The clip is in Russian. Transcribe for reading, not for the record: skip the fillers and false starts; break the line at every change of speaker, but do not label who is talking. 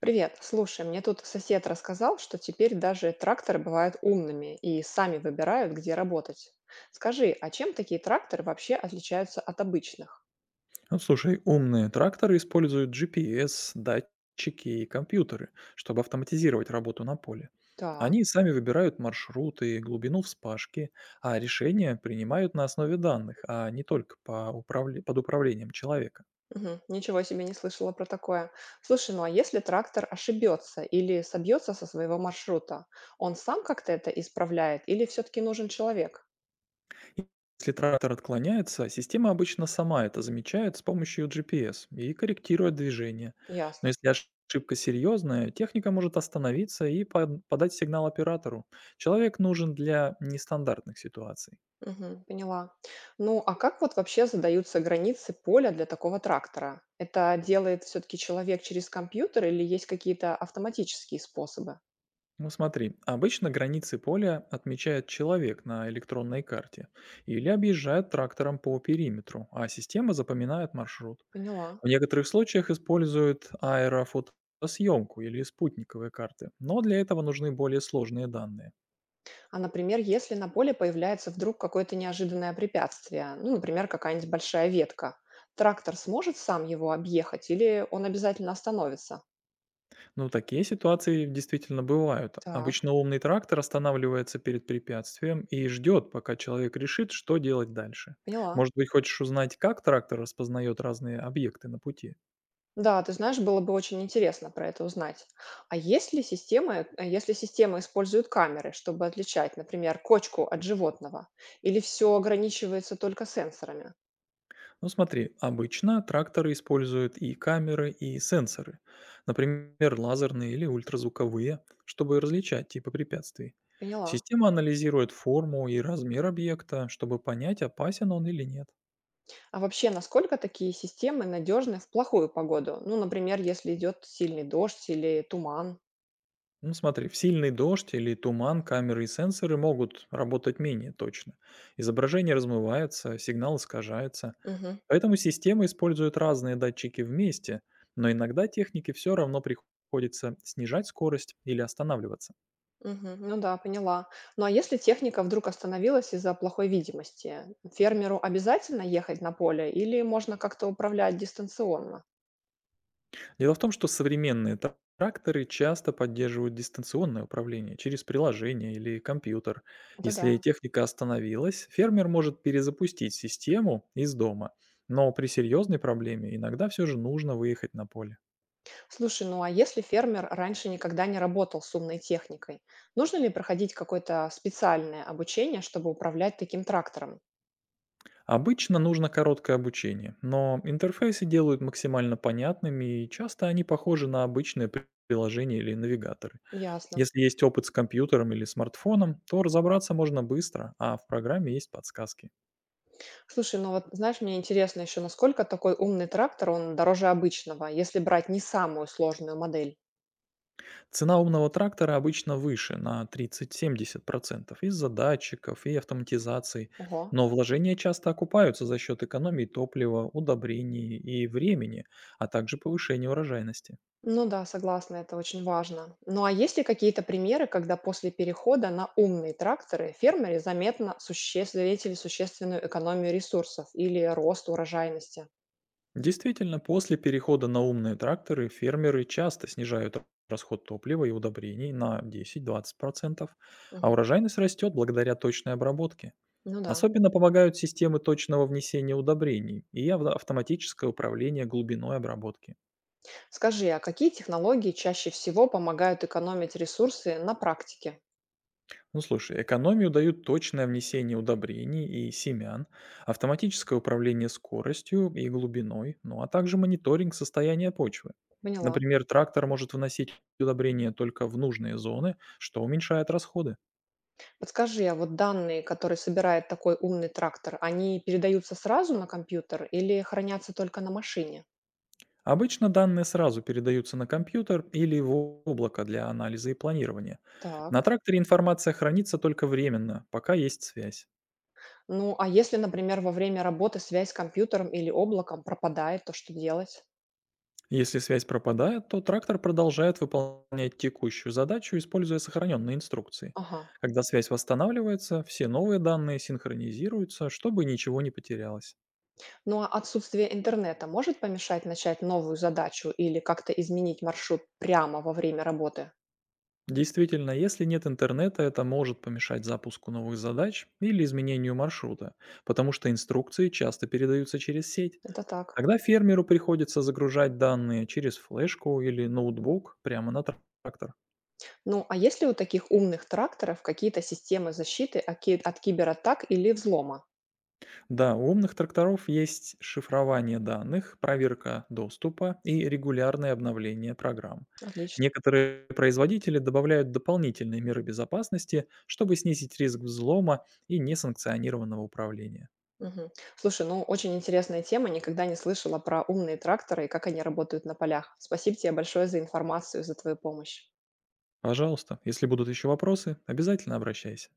Привет. Слушай, мне тут сосед рассказал, что теперь даже тракторы бывают умными и сами выбирают, где работать. Скажи, а чем такие тракторы вообще отличаются от обычных?
Ну, слушай, умные тракторы используют GPS, датчики и компьютеры, чтобы автоматизировать работу на поле.
Так,
Они сами выбирают маршруты и глубину вспашки, а решения принимают на основе данных, а не только по под управлением человека.
мгм, ничего себе не слышала про такое. Слушай, ну а если трактор ошибется или собьется со своего маршрута, он сам как-то это исправляет или все-таки нужен человек?
Если трактор отклоняется, система обычно сама это замечает с помощью GPS и корректирует движение. Но
Ясно.
если ошибка серьезная, техника может остановиться и подать сигнал оператору. Человек нужен для нестандартных ситуаций.
Мгм. Поняла. Ну, а как вот вообще задаются границы поля для такого трактора? Это делает все-таки человек через компьютер или есть какие-то автоматические способы?
Ну смотри, обычно границы поля отмечает человек на электронной карте или объезжает трактором по периметру, а система запоминает маршрут.
Поняла.
В некоторых случаях используют аэрофотосъемку или спутниковые карты, но для этого нужны более сложные данные.
А, например, если на поле появляется вдруг какое-то неожиданное препятствие, ну, например, какая-нибудь большая ветка, трактор сможет сам его объехать или он обязательно остановится?
Но такие ситуации действительно бывают.
Так,
Обычно умный трактор останавливается перед препятствием и ждет, пока человек решит, что делать дальше.
поняла.
Может быть, хочешь узнать, как трактор распознает разные объекты на пути?
Да, ты знаешь, было бы очень интересно про это узнать. А если системы, если системы используют камеры, чтобы отличать, например, кочку от животного, или все ограничивается только сенсорами?
Ну смотри, обычно тракторы используют и камеры, и сенсоры, например, лазерные или ультразвуковые, чтобы различать типы препятствий.
Поняла.
Система анализирует форму и размер объекта, чтобы понять, опасен он или нет.
А вообще, насколько такие системы надежны в плохую погоду? Ну, например, если идет сильный дождь или туман.
Ну смотри, в сильный дождь или туман камеры и сенсоры могут работать менее точно. Изображение размывается, сигнал искажается.
Мгм,
Поэтому системы используют разные датчики вместе, но иногда технике все равно приходится снижать скорость или останавливаться.
мгм. Ну да, поняла. Ну а если техника вдруг остановилась из-за плохой видимости, фермеру обязательно ехать на поле или можно как-то управлять дистанционно?
Дело в том, что современные тракторы часто поддерживают дистанционное управление через приложение или компьютер.
Это да.
Если техника остановилась, фермер может перезапустить систему из дома, но при серьезной проблеме иногда все же нужно выехать на поле.
Слушай, ну а если фермер раньше никогда не работал с умной техникой, нужно ли проходить какое-то специальное обучение, чтобы управлять таким трактором?
Обычно нужно короткое обучение, но интерфейсы делают максимально понятными и часто они похожи на обычные приложения или навигаторы.
Ясно.
Если есть опыт с компьютером или смартфоном, то разобраться можно быстро, а в программе есть подсказки.
Слушай, ну вот знаешь, мне интересно еще, насколько такой умный трактор, он дороже обычного, если брать не самую сложную модель.
Цена умного трактора обычно выше на 30% из-за датчиков и автоматизации,
Ого.
но вложения часто окупаются за счет экономии топлива, удобрений и времени, а также повышения урожайности.
Ну да, согласна, это очень важно. Ну а есть ли какие-то примеры, когда после перехода на умные тракторы фермеры заметно заметили существенную экономию ресурсов или рост урожайности?
Действительно, после перехода на умные тракторы фермеры часто снижают расход топлива и удобрений на 10-20%, а
Мгм.
урожайность растет благодаря точной обработке.
Ну да.
Особенно помогают системы точного внесения удобрений и автоматическое управление глубиной обработки.
Скажи, а какие технологии чаще всего помогают экономить ресурсы на практике?
Ну слушай, экономию дают точное внесение удобрений и семян, автоматическое управление скоростью и глубиной, ну а также мониторинг состояния почвы.
Поняла.
Например, трактор может вносить удобрения только в нужные зоны, что уменьшает расходы.
Подскажи, а вот данные, которые собирает такой умный трактор, они передаются сразу на компьютер или хранятся только на машине?
Обычно данные сразу передаются на компьютер или в облако для анализа и планирования. На
Так.
тракторе информация хранится только временно, пока есть связь.
Ну, а если, например, во время работы связь с компьютером или облаком пропадает, то что делать?
Если связь пропадает, то трактор продолжает выполнять текущую задачу, используя сохраненные инструкции.
Ага.
Когда связь восстанавливается, все новые данные синхронизируются, чтобы ничего не потерялось.
Ну, а отсутствие интернета может помешать начать новую задачу или как-то изменить маршрут прямо во время работы?
Действительно, если нет интернета, это может помешать запуску новых задач или изменению маршрута, потому что инструкции часто передаются через сеть.
Это так.
Тогда фермеру приходится загружать данные через флешку или ноутбук прямо на трактор.
Ну, а есть ли у таких умных тракторов какие-то системы защиты от от кибератак или взлома?
Да, у умных тракторов есть шифрование данных, проверка доступа и регулярное обновление программ.
Отлично.
Некоторые производители добавляют дополнительные меры безопасности, чтобы снизить риск взлома и несанкционированного управления.
Мгм. Слушай, ну очень интересная тема. Никогда не слышала про умные тракторы и как они работают на полях. Спасибо тебе большое за информацию, за твою помощь.
Пожалуйста, если будут еще вопросы, обязательно обращайся.